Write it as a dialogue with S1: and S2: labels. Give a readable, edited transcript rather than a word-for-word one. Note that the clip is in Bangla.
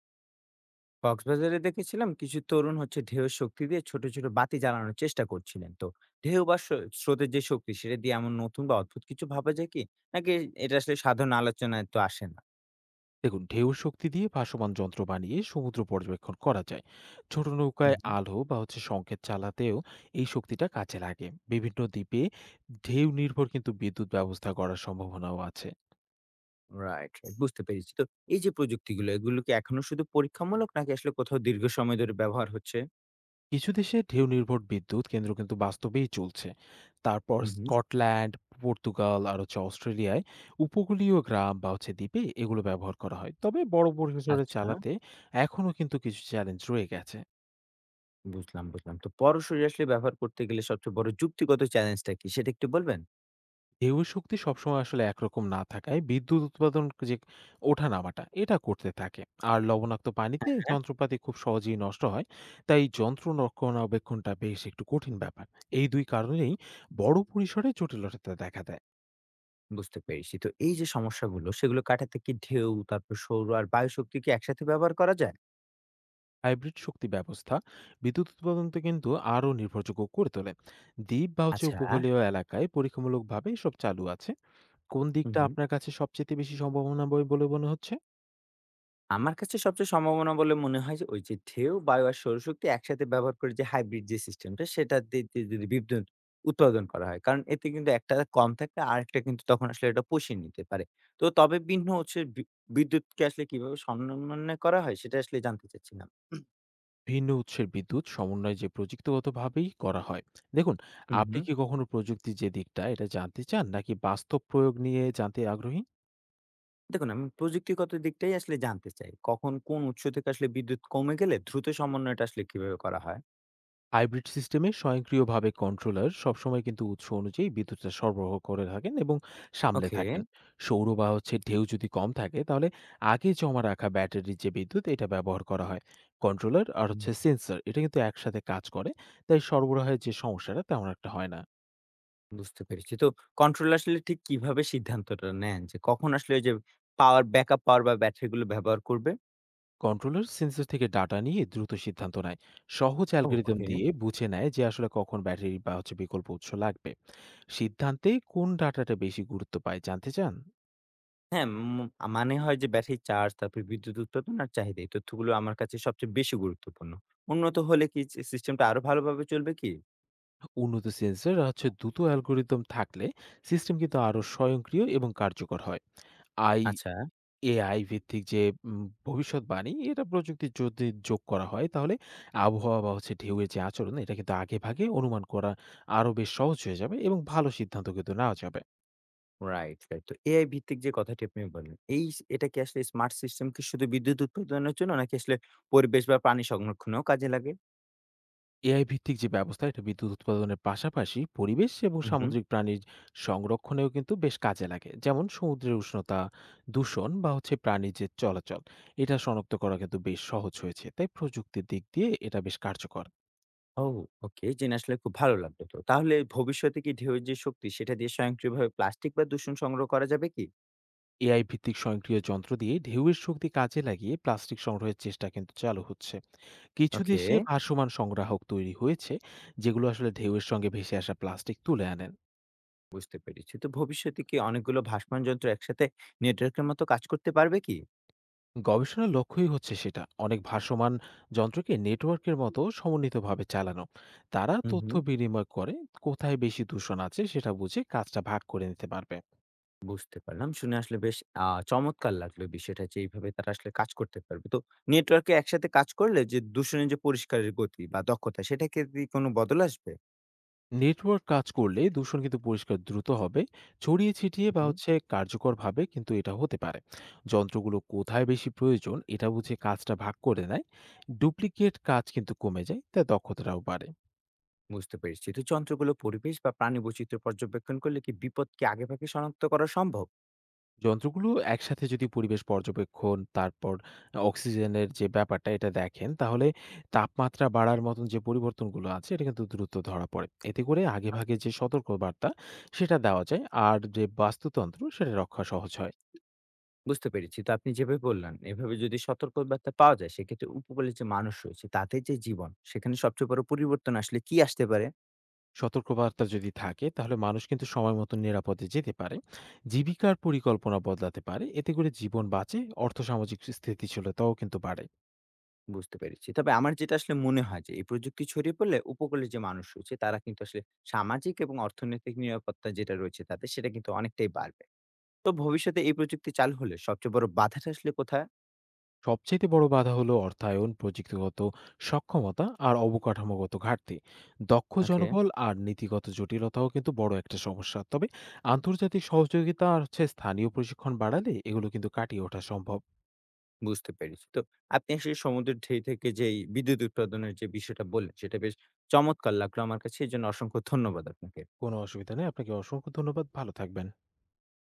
S1: কক্সবাজারে দেখেছিলাম কিছু তরুণ হচ্ছে ঢেউয়ের শক্তি দিয়ে ছোট ছোট বাতি জ্বালানোর চেষ্টা করছিলেন। তো ঢেউ বা স্রোতের যে শক্তি সেটা দিয়ে এমন নতুন বা অদ্ভুত কিছু ভাবা যায় কি নাকি? এটা আসলে সাধারণ আলোচনায় তো আসে না।
S2: দেখুন, ঢেউ শক্তি দিয়ে ভাসমান যন্ত্র বানিয়ে সমুদ্র পর্যবেক্ষণ করা যায়। ছোট নৌকায় আলো বা সংকেত চালাতেও এই শক্তিটা কাজে লাগে। বিভিন্ন দ্বীপে ঢেউ নির্ভর কিন্তু বিদ্যুৎ ব্যবস্থা করার সম্ভাবনাও আছে।
S1: রাইট, রাইট, বুঝতে পেরেছি। তো এই যে প্রযুক্তিগুলো, এগুলো কি এখনো শুধু পরীক্ষামূলক নাকি আসলে কোথাও দীর্ঘ সময় ধরে ব্যবহার হচ্ছে?
S2: কিছু দেশে ঢেউ নির্ভর বিদ্যুৎ কেন্দ্র কিন্তু বাস্তবেই চলছে। তারপর
S1: হুম, হুম।
S2: স্কটল্যান্ড, পর্তুগাল আর অস্ট্রেলিয়ায় উপকূলীয় গ্রাম বা দ্বীপে এগুলো ব্যবহার করা হয়, তবে বড় পরিসরে
S1: আচ্ছা।
S2: চালাতে এখনও কিন্তু কিছু চ্যালেঞ্জ রয়ে গেছে।
S1: বুঝলাম বুঝলাম তো পরশরী আসলে ব্যবহার করতে গেলে সবচেয়ে বড় যুক্তিগত চ্যালেঞ্জটা কি, সেটা একটু বলবেন?
S2: ঢেউয়ের শক্তি সবসময় আসলে একরকম না থাকায় বিদ্যুৎ উৎপাদন যে ওঠানামাটা এটা করতে থাকে। আর লবণাক্ত পানিতে যন্ত্রপাতি খুব সহজেই নষ্ট হয়। তাই যন্ত্র রক্ষণাবেক্ষণটা বেশ একটু কঠিন ব্যাপার। এই দুই কারণেই বড় পরিসরে জটিলতা দেখা দেয়।
S1: বুঝতে পেরেছি। তো এই যে সমস্যাগুলো, সেগুলো কাটাতে কি ঢেউ, তারপর সৌর আর বায়ু শক্তি কি একসাথে ব্যবহার করা যায়?
S2: হাইব্রিড শক্তি ব্যবস্থা বিদ্যুৎ উৎপাদনকে কিন্তু আরও নির্ভরযোগ্য করে তোলে। দ্বীপ বা
S1: আচ্ছা।
S2: উপকূলীয় এলাকায় পরীক্ষামূলকভাবে সব চালু আছে। কোন
S1: হুম,
S2: দিকটা
S1: হুম।
S2: আপনার কাছে সবচেয়ে বেশি সম্ভাবনা বলে মনে হচ্ছে?
S1: আমার কাছে সবচেয়ে সম্ভাবনা বলে মনে হয় যে ওই যে ঢেউ, বায়ু আর সৌরশক্তি একসাথে ব্যবহার করে যে হাইব্রিড যে সিস্টেমটা, সেটা দিয়ে দিয়ে যদি বিদ্যুৎ উৎপাদন করা হয়। কারণ এতে কিন্তু একটা কম থাকলে আরেকটা কিন্তু তখন আসলে এটা পুষিয়ে নিতে পারে। তো তবে ভিন্ন হচ্ছে বিদ্যুৎকে আসলে কিভাবে সমন্বয় করা হয় সেটা আসলে জানতে চাচ্ছিলাম।
S2: ভিন্ন উৎসের বিদ্যুৎ সমন্বয় যে প্রযুক্তিগতভাবেই করা হয়। দেখুন,
S1: হুম,
S2: আপনি
S1: হুম।
S2: কি কখনো প্রযুক্তির যে দিকটা এটা জানতে চান, নাকি বাস্তব প্রয়োগ নিয়ে জানতে আগ্রহী?
S1: দেখুন, আমি প্রযুক্তিগত দিকটাই আসলে জানতে চাই। কখন কোন উৎস থেকে আসলে বিদ্যুৎ কমে গেলে দ্রুত সমন্বয়টা আসলে কিভাবে করা হয়?
S2: হাইব্রিড সিস্টেমে স্বয়ংক্রিয়ভাবে কন্ট্রোলার সবসময় কিন্তু উৎস অনুযায়ী বিদ্যুৎটা সরবরাহ করে থাকেন এবং সামলে
S1: ওকে,
S2: থাকেন। সৌর বা ঢেউ যদি কম থাকে তাহলে আগে জমা রাখা ব্যাটারির যে বিদ্যুৎ এটা ব্যবহার করা হয়। কন্ট্রোলার আর
S1: হুম,
S2: সেন্সর এটা কিন্তু একসাথে কাজ করে। তাই সরবরাহের যে সমস্যাটা তেমন একটা হয় না।
S1: বুঝতে পেরেছি। তো কন্ট্রোল আসলে ঠিক কিভাবে সিদ্ধান্তটা নেন যে কখন আসলে ওই যে পাওয়ার, ব্যাকআপ পাওয়ার বা ব্যাটারিগুলো ব্যবহার করবে?
S2: কন্ট্রোলার সেন্সর থেকে ডাটা নিয়ে দ্রুত সিদ্ধান্ত নেয়, সহজ অ্যালগোরিদম
S1: ওকে।
S2: দিয়ে বুঝে নেয় যে আসলে কখন ব্যাটারি বা বিকল্প উৎস লাগবে। সিদ্ধান্তে কোন ডাটাটা বেশি গুরুত্ব পায় জানতে চান?
S1: হ্যাঁ, মানে হয় যে ব্যাটারি চার্জ, তারপরে বিদ্যুৎ উৎপাদন আর চাহিদা, এই তথ্যগুলো আমার কাছে সবচেয়ে বেশি গুরুত্বপূর্ণ। উন্নত হলে কি সিস্টেমটা আরো ভালোভাবে চলবে কি?
S2: উন্নত সেন্সর আর দ্রুত অ্যালগোরিদম থাকলে সিস্টেম কিন্তু আরও স্বয়ংক্রিয় এবং কার্যকর হয়। আই
S1: আচ্ছা।
S2: এআই ভিত্তিক যে ভবিষ্যৎবাণী এটা প্রযুক্তি যদি যোগ করা হয় তাহলে আবহাওয়া বা ঢেউয়ের যে আচরণ এটা কিন্তু আগে ভাগে অনুমান করা আরও বেশ সহজ হয়ে যাবে এবং ভালো সিদ্ধান্ত কিন্তু নেওয়া যাবে।
S1: Right, right. তো এআই ভিত্তিক যে কথাটি আপনি বললেন, এই এটা কি আসলে স্মার্ট সিস্টেম কি শুধু বিদ্যুৎ উৎপাদনের জন্য নাকি আসলে পরিবেশ বা পানি সংরক্ষণেও কাজে লাগে?
S2: এআই ভিত্তিক যে ব্যবস্থা এটা বিদ্যুৎ উৎপাদনের পাশাপাশি পরিবেশ এবং
S1: হুম, হুম।
S2: সামুদ্রিক প্রাণীর সংরক্ষণেও কিন্তু বেশ কাজে লাগে, যেমন সমুদ্রের উষ্ণতা, দূষণ বা প্রাণীর যে চলাচল এটা শনাক্ত করা কিন্তু বেশ সহজ হয়েছে। তাই প্রযুক্তির দিক দিয়ে এটা বেশ কার্যকর।
S1: ও ওকে, জেনে আসলে খুব ভালো লাগলো। তো তাহলে ভবিষ্যতে কি ঢেউয়ের যে শক্তি সেটা দিয়ে স্বয়ংক্রিয়ভাবে প্লাস্টিক বা দূষণ সংগ্রহ করা যাবে কি?
S2: এআই ভিত্তিক স্বয়ংক্রিয় যন্ত্র দিয়ে ঢেউয়ের শক্তি কাজে লাগিয়ে প্লাস্টিক সংগ্রহের চেষ্টা কিন্তু চালু হচ্ছে। কিছু
S1: ওকে,
S2: দেশে ভাসমান সংগ্রাহক তৈরি হয়েছে যেগুলো আসলে ঢেউয়ের সঙ্গে ভেসে আসা প্লাস্টিক তুলে আনেন।
S1: বুঝতে পেরেছি। তো ভবিষ্যতে কি অনেকগুলো ভাসমান যন্ত্র একসাথে নেটওয়ার্কের মতো কাজ করতে পারবে কি?
S2: গবেষণার লক্ষ্যই হচ্ছে সেটা, অনেক ভাসমান যন্ত্রকে নেটওয়ার্কের মতো সমন্বিতভাবে চালানো। তারা
S1: হুম,
S2: তথ্য
S1: হুম।
S2: বিনিময় করে কোথায় বেশি দূষণ আছে সেটা বুঝে কাজটা ভাগ করে নিতে পারবে।
S1: বুঝতে পারলাম। শুনে আসলে বেশ চমৎকার লাগলো বিষয়টা যে এইভাবে তারা আসলে কাজ করতে পারবে। তো নেটওয়ার্কে একসাথে কাজ করলে যে দূষণের যে পরিষ্কারের গতি বা দক্ষতা, সেটা কি কোনো বদল আসবে?
S2: নেটওয়ার্ক কাজ করলে দূষণ কিন্তু পরিষ্কার দ্রুত হবে, ছড়িয়ে ছিটিয়ে
S1: হুম,
S2: বা
S1: হুম।
S2: কার্যকরভাবে কিন্তু এটা হতে পারে। যন্ত্রগুলো কোথায় বেশি প্রয়োজন এটা বুঝে কাজটা ভাগ করে নেয়। ডুপ্লিকেট কাজ কিন্তু কমে যায়, তাই দক্ষতাটাও বাড়ে।
S1: বুঝতে পেরেছি। তো যন্ত্রগুলো পরিবেশ বা প্রাণী বৈচিত্র্য পর্যবেক্ষণ করলে কি বিপদকে আগেভাগে শনাক্ত করা সম্ভব?
S2: যন্ত্রগুলো একসাথে যদি পরিবেশ পর্যবেক্ষণ, তারপর অক্সিজেনের যে ব্যাপারটা এটা দেখেন, তাহলে তাপমাত্রা বাড়ার মতন যে পরিবর্তনগুলো আছে এটা কিন্তু দ্রুত ধরা পড়ে। এতে করে আগেভাগে
S1: ওকে।
S2: যে সতর্কবার্তা সেটা দেওয়া যায়, আর যে বাস্তুতন্ত্র সেটা রক্ষা সহজ হয়।
S1: বুঝতে পেরেছি। তো আপনি যেভাবে বললেন, এভাবে যদি সতর্ক বার্তা পাওয়া যায় সেক্ষেত্রে উপকূলের যে মানুষ রয়েছে তাদের যে জীবন, সেখানে সবচেয়ে বড় পরিবর্তন আসলে কি আসতে পারে?
S2: সতর্কবার্তা যদি থাকে তাহলে মানুষ কিন্তু সময় মতো নিরাপদে যেতে পারে। জীবিকার পরিকল্পনা বদলাতে পারে। এতে করে জীবন বাঁচে, অর্থসামাজিক স্থিতিশীলতাও কিন্তু বাড়ে।
S1: বুঝতে পেরেছি। তবে আমার যেটা আসলে মনে হয় যে এই প্রযুক্তি ছড়িয়ে পড়লে উপকূলের যে মানুষ রয়েছে তারা কিন্তু আসলে সামাজিক এবং অর্থনৈতিক নিরাপত্তা যেটা রয়েছে তাতে সেটা কিন্তু অনেকটাই বাড়বে। তো ভবিষ্যতে এই প্রযুক্তি চালু হলে সবচেয়ে বড় বাধাটা আসলে কোথায়?
S2: সবচেয়ে বড় বাধা হলো অর্থায়ন, প্রযুক্তিগত সক্ষমতা আর অবকাঠামোগত ঘাটতি। দক্ষ
S1: ওকে,
S2: জনবল আর নীতিগত জটিলতাও কিন্তু বড় একটা সমস্যা। তবে আন্তর্জাতিক সহযোগিতা আর স্থানীয় প্রশিক্ষণ বাড়ালে এগুলো কিন্তু কাটিয়ে ওঠা সম্ভব।
S1: বুঝতে পেরেছি। তো আপনি আসলে সমুদ্রের ঢেই থেকে যেই বিদ্যুৎ উৎপাদনের যে বিষয়টা বললেন সেটা বেশ চমৎকার লাগলো আমার কাছে। এজন্য অসংখ্য ধন্যবাদ আপনাকে।
S2: কোনো অসুবিধা নেই। আপনাকে অসংখ্য ধন্যবাদ। ভালো থাকবেন।